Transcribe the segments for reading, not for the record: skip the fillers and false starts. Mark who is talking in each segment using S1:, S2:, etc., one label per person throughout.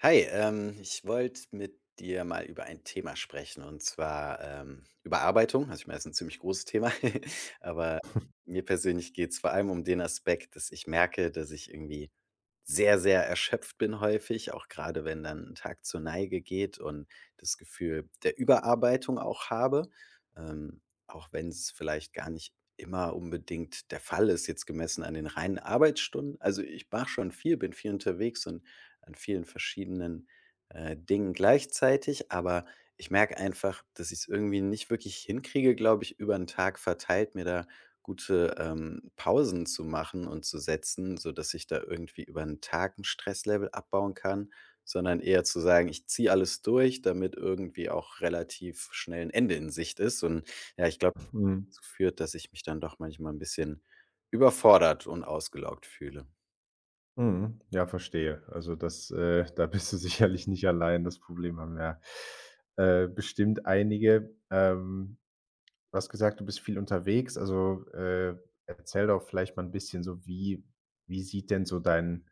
S1: Hi, ich wollte mit dir mal über ein Thema sprechen und zwar, Überarbeitung. Also, ich meine, das ist ein ziemlich großes Thema, aber mir persönlich geht es vor allem um den Aspekt, dass ich merke, dass ich irgendwie sehr, sehr erschöpft bin häufig, auch gerade wenn dann ein Tag zur Neige geht und das Gefühl der Überarbeitung auch habe, ähm, auch wenn es vielleicht gar nicht immer unbedingt der Fall ist, jetzt gemessen an den reinen Arbeitsstunden. Also, ich mache schon viel, bin viel unterwegs und an vielen verschiedenen, Dingen gleichzeitig, aber ich merke einfach, dass ich es irgendwie nicht wirklich hinkriege, glaube ich, über 'n Tag verteilt, mir da gute, Pausen zu machen und zu setzen, sodass ich da irgendwie über 'n Tag 'n Stresslevel abbauen kann, sondern eher zu sagen: „Ich ziehe alles durch“, damit irgendwie auch relativ schnell ein Ende in Sicht ist. Und ja, ich glaube,
S2: Mhm.
S1: dazu führt, dass ich mich dann doch manchmal ein bisschen überfordert und ausgelaugt fühle.
S2: Mhm. Ja, verstehe. Also das da bist du sicherlich nicht allein. Das Problem haben bestimmt einige. Du hast gesagt, du bist viel unterwegs. Erzähl doch vielleicht mal ein bisschen so, wie sieht denn so dein,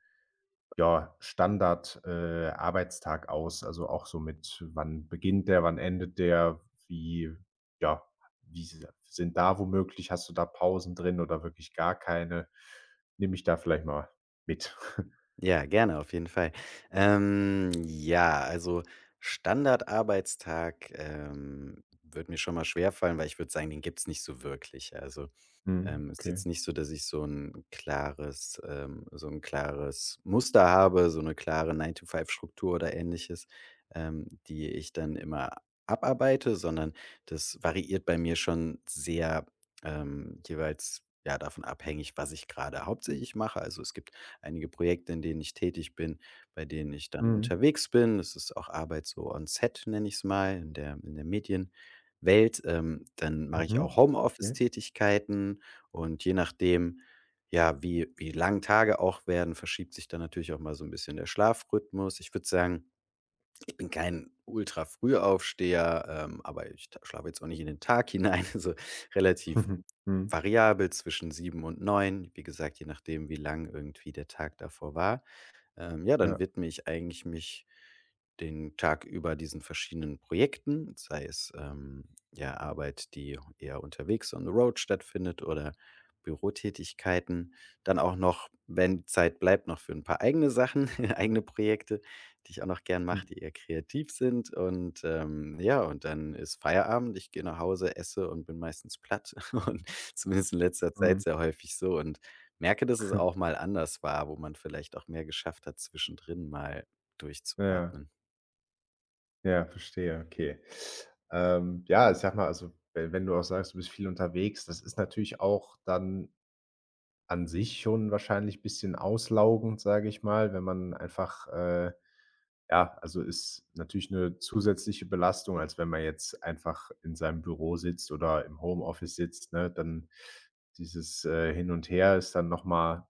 S2: ja, Standard Arbeitstag aus? Also auch so mit wann beginnt der, wann endet der? Wie ja, wie s sind da womöglich hast du da Pausen drin oder wirklich gar keine? Nimm mich da vielleicht mal mit.
S1: Ja, gerne, auf jeden Fall. Ja, also Standardarbeitstag, würde mir schon mal schwerfallen, weil ich würde sagen, den gibt's nicht so wirklich. Also,
S2: Mhm,
S1: Ist jetzt
S2: okay.
S1: nicht so, dass ich so ein klares Muster habe, so eine klare nine to five Struktur oder Ähnliches, die ich dann immer abarbeite, sondern das variiert bei mir schon sehr, jeweils, ja, davon abhängig, was ich gerade hauptsächlich mache. Also, es gibt einige Projekte, in denen ich tätig bin, bei denen ich dann
S2: Mhm.
S1: unterwegs bin. Das ist auch Arbeit so on Set, nenne ich es mal, in der Medienwelt. Dann mache ich auch
S2: Mhm. Okay.
S1: Homeoffice-Tätigkeiten, und je nachdem, ja, wie lang Tage auch werden, verschiebt sich dann natürlich auch mal so ein bisschen der Schlafrhythmus. Ich würde sagen, ich bin kein Ultrafrühaufsteher, aber ich ta schlafe jetzt auch nicht in den Tag hinein, also relativ
S2: Mhm.
S1: variabel zwischen 7 und 9. Wie gesagt, je nachdem, wie lang irgendwie der Tag davor war. Ja, dann
S2: Ja.
S1: widme ich eigentlich mich den Tag über diesen verschiedenen Projekten, sei es, ja, Arbeit, die eher unterwegs on the road stattfindet oder Bürotätigkeiten. Dann auch noch, wenn Zeit bleibt, noch für ein paar eigene Sachen, eigene Projekte, die ich auch noch gern
S2: Hm.
S1: mache, die eher kreativ sind. Und, ja, und dann ist Feierabend. Ich gehe nach Hause, esse und bin meistens platt und zumindest in letzter Zeit
S2: Mhm.
S1: sehr häufig so. Und merke, dass es auch mal anders war, wo man vielleicht auch mehr geschafft hat, zwischendrin mal
S2: Ja,
S1: durchzuatmen.
S2: ja, verstehe, okay. Ja, ich sag mal, also, we wenn du auch sagst, du bist viel unterwegs, das ist natürlich auch dann an sich schon wahrscheinlich ein bisschen auslaugend, sage ich mal, wenn man einfach, ja, also, ist natürlich eine zusätzliche Belastung, als wenn man jetzt einfach in seinem Büro sitzt oder im Homeoffice sitzt, ne? Dann dieses Hin und Her ist dann noch mal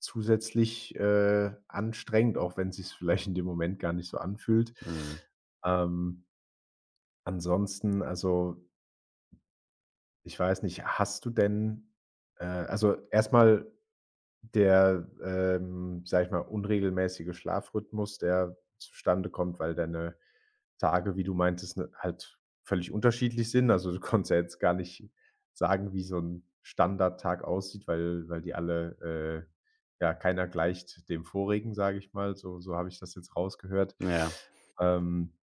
S2: zusätzlich, anstrengend, auch wenn sich's vielleicht in dem Moment gar nicht so anfühlt.
S1: Mhm.
S2: Ähm, ansonsten, also, ich weiß nicht, hast du denn also, erstmal der sage ich mal, unregelmäßige Schlafrhythmus, der zustande kommt, weil deine Tage, wie du meintest, ne, halt völlig unterschiedlich sind. Also, du konntest ja jetzt gar nicht sagen, wie so ein Standardtag aussieht, weil die alle, ja, keiner gleicht dem vorigen, sage ich mal. So habe ich das jetzt rausgehört.
S1: Ja,
S2: Ähm,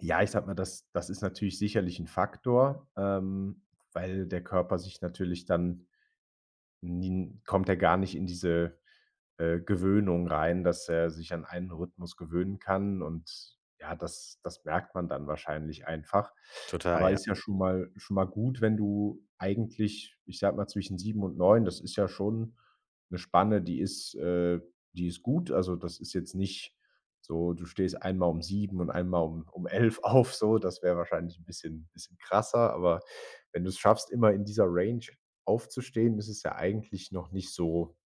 S2: ja, ich sag mal, das ist natürlich sicherlich ein Faktor, weil der Körper sich natürlich dann N kommt er gar nicht in diese Gewöhnung rein, dass er sich an einen Rhythmus gewöhnen kann und ja, das merkt man dann wahrscheinlich einfach.
S1: total,
S2: Aber
S1: ja.
S2: ist ja schon mal gut, wenn du eigentlich, ich sag mal, zwischen 7 und 9. Das ist ja schon eine Spanne, die ist gut. Also, das ist jetzt nicht so, du stehst einmal um 7 und einmal um 11 auf so, das wäre wahrscheinlich ein bisschen krasser, aber wenn du es schaffst, immer in dieser Range aufzustehen, ist es ja eigentlich noch nicht so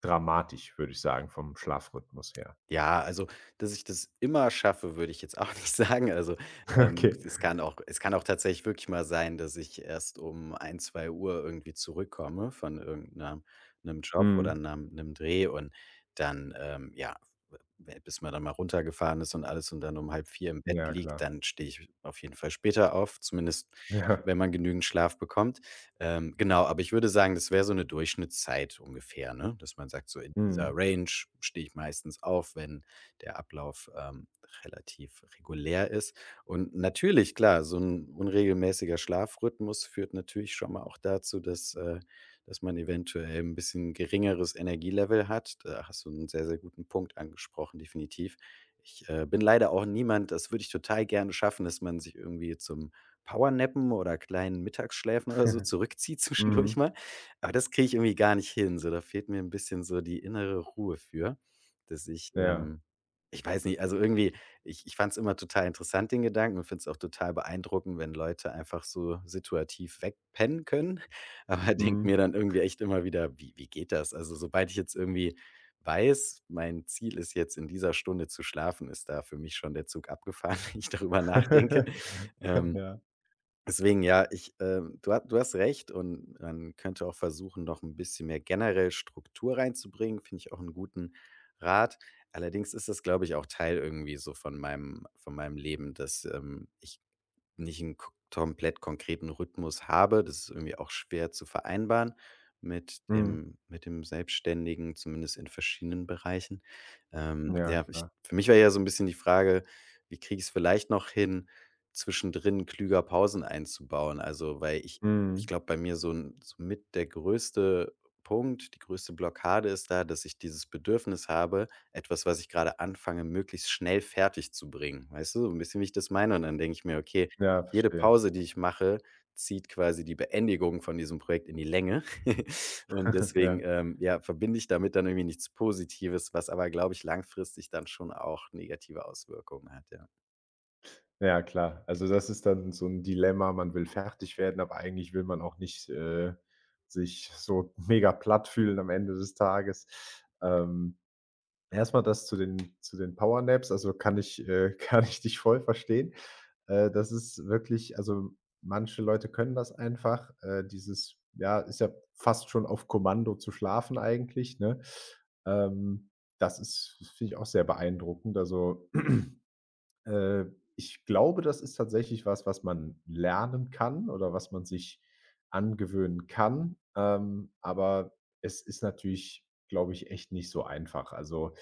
S2: dramatisch, würde ich sagen, vom Schlafrhythmus her.
S1: Ja, also, dass ich das immer schaffe, würde ich jetzt auch nicht sagen. Also,
S2: Okay.
S1: es kann auch tatsächlich wirklich mal sein, dass ich erst um ein, zwei Uhr irgendwie zurückkomme von irgendeinem 'ner Job oder
S2: Mhm.
S1: einem 'nem Dreh und dann, ja, w bis man dann mal runtergefahren ist und alles und dann um halb vier im Bett
S2: Ja,
S1: liegt,
S2: klar.
S1: dann stehe ich auf jeden Fall später auf, zumindest
S2: Ja.
S1: wenn man genügend Schlaf bekommt. Genau, aber ich würde sagen, das wäre so eine Durchschnittszeit ungefähr, ne? Dass man sagt, so in dieser
S2: Mhm.
S1: Range stehe ich meistens auf, wenn der Ablauf, relativ regulär ist. Und natürlich, klar, so ein unregelmäßiger Schlafrhythmus führt natürlich schon mal auch dazu, dass dass man eventuell ein bisschen geringeres Energielevel hat. Da hast du einen sehr, sehr guten Punkt angesprochen, definitiv. Ich, bin leider auch niemand, das würde ich total gerne schaffen, dass man sich irgendwie zum Powernappen oder kleinen Mittagsschläfen oder so zurückzieht zwischendurch
S2: Mhm.
S1: mal. Aber das kriege ich irgendwie gar nicht hin. So, da fehlt mir ein bisschen so die innere Ruhe für, dass ich,
S2: Ja.
S1: ich weiß nicht, also irgendwie, ich fand es immer total interessant, den Gedanken, und finde es auch total beeindruckend, wenn Leute einfach so situativ wegpennen können. Aber denkt mir
S2: Mhm.
S1: dann irgendwie echt immer wieder: „Wie geht das?“ Also, sobald ich jetzt irgendwie weiß, mein Ziel ist jetzt, in dieser Stunde zu schlafen, ist da für mich schon der Zug abgefahren, wenn ich darüber nachdenke. Ähm.
S2: Ja.
S1: Deswegen, ja, ich, du hast recht und man könnte auch versuchen, noch ein bisschen mehr generell Struktur reinzubringen, finde ich auch einen guten Rat. Allerdings ist das, glaube ich, auch Teil irgendwie so von meinem Leben, dass, ich nicht einen ko komplett konkreten Rhythmus habe. Das ist irgendwie auch schwer zu vereinbaren mit
S2: Mhm.
S1: dem mit dem Selbstständigen, zumindest in verschiedenen Bereichen.
S2: Ja,
S1: Ja, ich
S2: klar.
S1: für mich war ja so ein bisschen die Frage: „Wie kriege ich es vielleicht noch hin, zwischendrin klüger Pausen einzubauen? Also, weil ich
S2: Mhm.
S1: glaube, bei mir so 'n so mit der größte Punkt, die größte Blockade ist da, dass ich dieses Bedürfnis habe, etwas, was ich gerade anfange, möglichst schnell fertig zu bringen. Weißt du, so 'n bisschen, wie ich das meine? Und dann denke ich mir: „Okay,
S2: Ja,
S1: jede
S2: verstehe.
S1: Pause, die ich mache, zieht quasi die Beendigung von diesem Projekt in die Länge.“ Und deswegen,
S2: Ja.
S1: ja, verbinde ich damit dann irgendwie nichts Positives, was aber, glaube ich, langfristig dann schon auch negative Auswirkungen hat, ja.
S2: Ja, klar. Also, das ist dann so ein Dilemma. Man will fertig werden, aber eigentlich will man auch nicht, sich so mega platt fühlen am Ende des Tages. Ähm, erst mal das zu den Powernaps, also, kann ich kann ich dich voll verstehen. Das ist wirklich also, manche Leute können das einfach, dieses ja, ist ja fast schon auf Kommando zu schlafen eigentlich, ne? Ähm, das ist finde ich auch sehr beeindruckend. Also, äh, ich glaube, das ist tatsächlich was, was man lernen kann oder was man sich angewöhnen kann. Aber es ist natürlich, glaube ich, echt nicht so einfach. Also,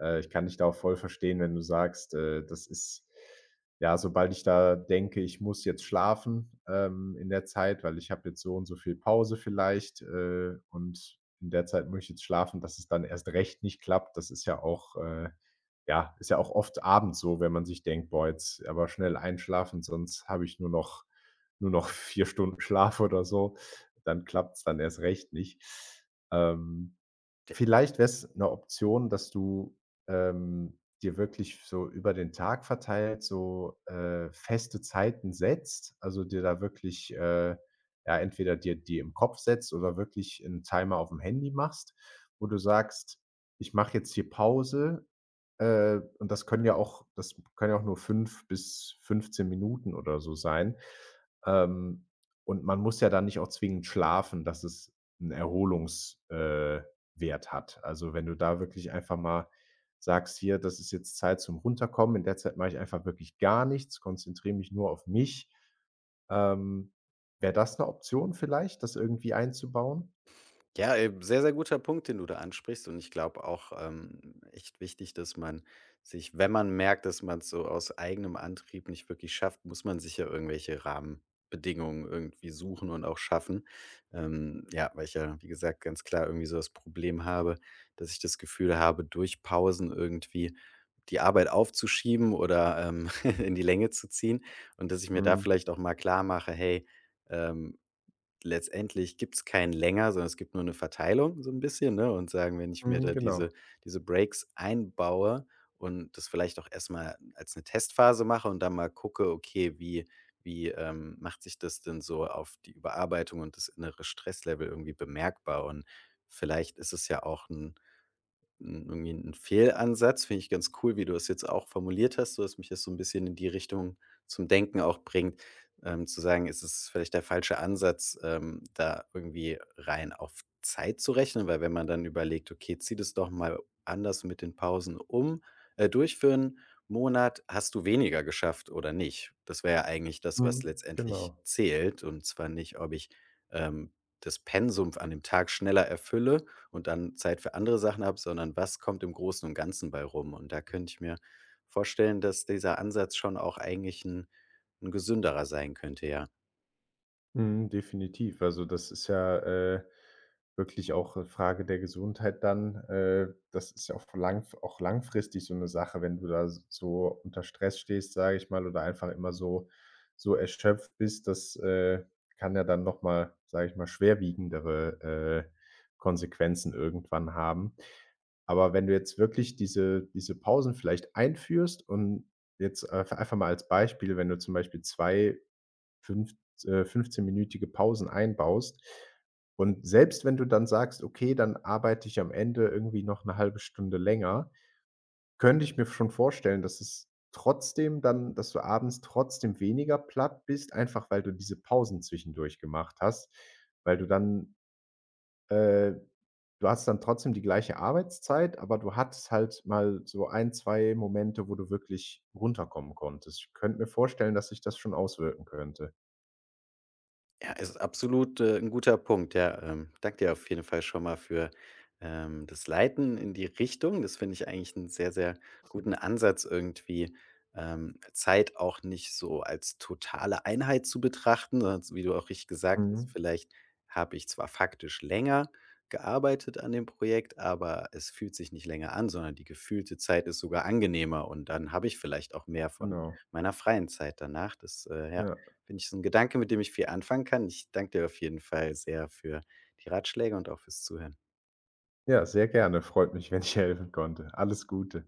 S2: äh, ich kann dich da auch voll verstehen, wenn du sagst, das ist ja, sobald ich da denke, ich muss jetzt schlafen, in der Zeit, weil ich habe jetzt so und so viel Pause vielleicht, und in der Zeit muss ich jetzt schlafen, dass es dann erst recht nicht klappt. Das ist ja auch, ja, ist ja auch oft abends so, wenn man sich denkt: „Boah, jetzt aber schnell einschlafen, sonst habe ich nur noch 4 Stunden Schlaf oder so.“ Dann klappt's dann erst recht nicht. Ähm, vielleicht wäre es 'ne Option, dass du, dir wirklich so über den Tag verteilt so, feste Zeiten setzt, also, dir da wirklich, ja, entweder dir die im Kopf setzt oder wirklich 'n Timer aufm Handy machst, wo du sagst: „Ich mache jetzt hier Pause.“ und das können ja auch nur 5 bis 15 Minuten oder so sein. Ähm, und man muss ja dann nicht auch zwingend schlafen, dass es 'n Erholungs Wert hat. Also, wenn du da wirklich einfach mal sagst: „Hier, das ist jetzt Zeit zum Runterkommen. In der Zeit mache ich einfach wirklich gar nichts, konzentriere mich nur auf mich.“ Ähm, wäre das eine Option vielleicht, das irgendwie einzubauen?
S1: Ja, sehr, sehr guter Punkt, den du da ansprichst. Und ich glaube auch, echt wichtig, dass man sich, wenn man merkt, dass man es so aus eigenem Antrieb nicht wirklich schafft, muss man sich ja irgendwelche Rahmenbedingungen irgendwie suchen und auch schaffen. Ja, weil ich, ja, wie gesagt, ganz klar irgendwie so das Problem habe, dass ich das Gefühl habe, durch Pausen irgendwie die Arbeit aufzuschieben oder, in die Länge zu ziehen. Und dass ich mir da
S2: Mhm.
S1: vielleicht auch mal klar mache, hey, ähm, letztendlich gibt es keinen länger, sondern es gibt nur eine Verteilung so ein bisschen, ne? Und sagen, wenn ich mir
S2: Mhm,
S1: da diese
S2: genau.
S1: diese Breaks einbaue und das vielleicht auch erstmal als eine Testphase mache und dann mal gucke, okay, wie macht sich das denn so auf die Überarbeitung und das innere Stresslevel irgendwie bemerkbar? Und vielleicht ist es ja auch 'n 'n irgendwie 'n Fehlansatz. Finde ich ganz cool, wie du das jetzt auch formuliert hast, sodass mich das so ein bisschen in die Richtung zum Denken auch bringt, zu sagen, es ist vielleicht der falsche Ansatz, da irgendwie rein auf Zeit zu rechnen, weil wenn man dann überlegt: „Okay, zieh das doch mal anders mit den Pausen um, durch für 'n Monat. Hast du weniger geschafft oder nicht?“ Das wäre ja eigentlich das, was
S2: Mhm,
S1: letztendlich
S2: genau.
S1: zählt und zwar nicht, ob ich, ähm, das Pensum an dem Tag schneller erfülle, und dann Zeit für andere Sachen habe, sondern was kommt im Großen und Ganzen bei rum? Und da könnte ich mir vorstellen, dass dieser Ansatz schon auch eigentlich ein 'n gesünderer sein könnte, ja.
S2: Mhm, definitiv. Also, das ist ja wirklich auch 'ne Frage der Gesundheit dann. Das ist ja auch langfristig so eine Sache, wenn du da so unter Stress stehst, sage ich mal, oder einfach immer so so erschöpft bist, das kann ja dann noch mal, sage ich mal, schwerwiegendere, Konsequenzen irgendwann haben. Aber wenn du jetzt wirklich diese Pausen vielleicht einführst und jetzt einfach mal als Beispiel, wenn du zum Beispiel 2 fünf 15-minütige Pausen einbaust. Und selbst wenn du dann sagst: „Okay, dann arbeite ich am Ende irgendwie noch eine halbe Stunde länger“, könnte ich mir schon vorstellen, dass es trotzdem dann dass du abends trotzdem weniger platt bist, einfach weil du diese Pausen zwischendurch gemacht hast, weil du dann äh, du hast dann trotzdem die gleiche Arbeitszeit, aber du hattest halt mal so ein 2 Momente, wo du wirklich runterkommen konntest. Ich könnte mir vorstellen, dass sich das schon auswirken könnte.
S1: Ja, ist absolut, 'n guter Punkt. Ja, danke dir auf jeden Fall schon mal für, das Leiten in die Richtung. Das finde ich eigentlich einen sehr, sehr guten Ansatz irgendwie, Zeit auch nicht so als totale Einheit zu betrachten, sondern s wie du auch richtig gesagt hast,
S2: Mhm,
S1: vielleicht habe ich zwar faktisch länger gearbeitet an dem Projekt, aber es fühlt sich nicht länger an, sondern die gefühlte Zeit ist sogar angenehmer und dann habe ich vielleicht auch mehr von
S2: genau.
S1: meiner freien Zeit danach. Das,
S2: Ja.
S1: finde ich so ein Gedanke, mit dem ich viel anfangen kann. Ich danke dir auf jeden Fall sehr für die Ratschläge und auch fürs Zuhören.
S2: Ja, sehr gerne. Freut mich, wenn ich helfen konnte. Alles Gute.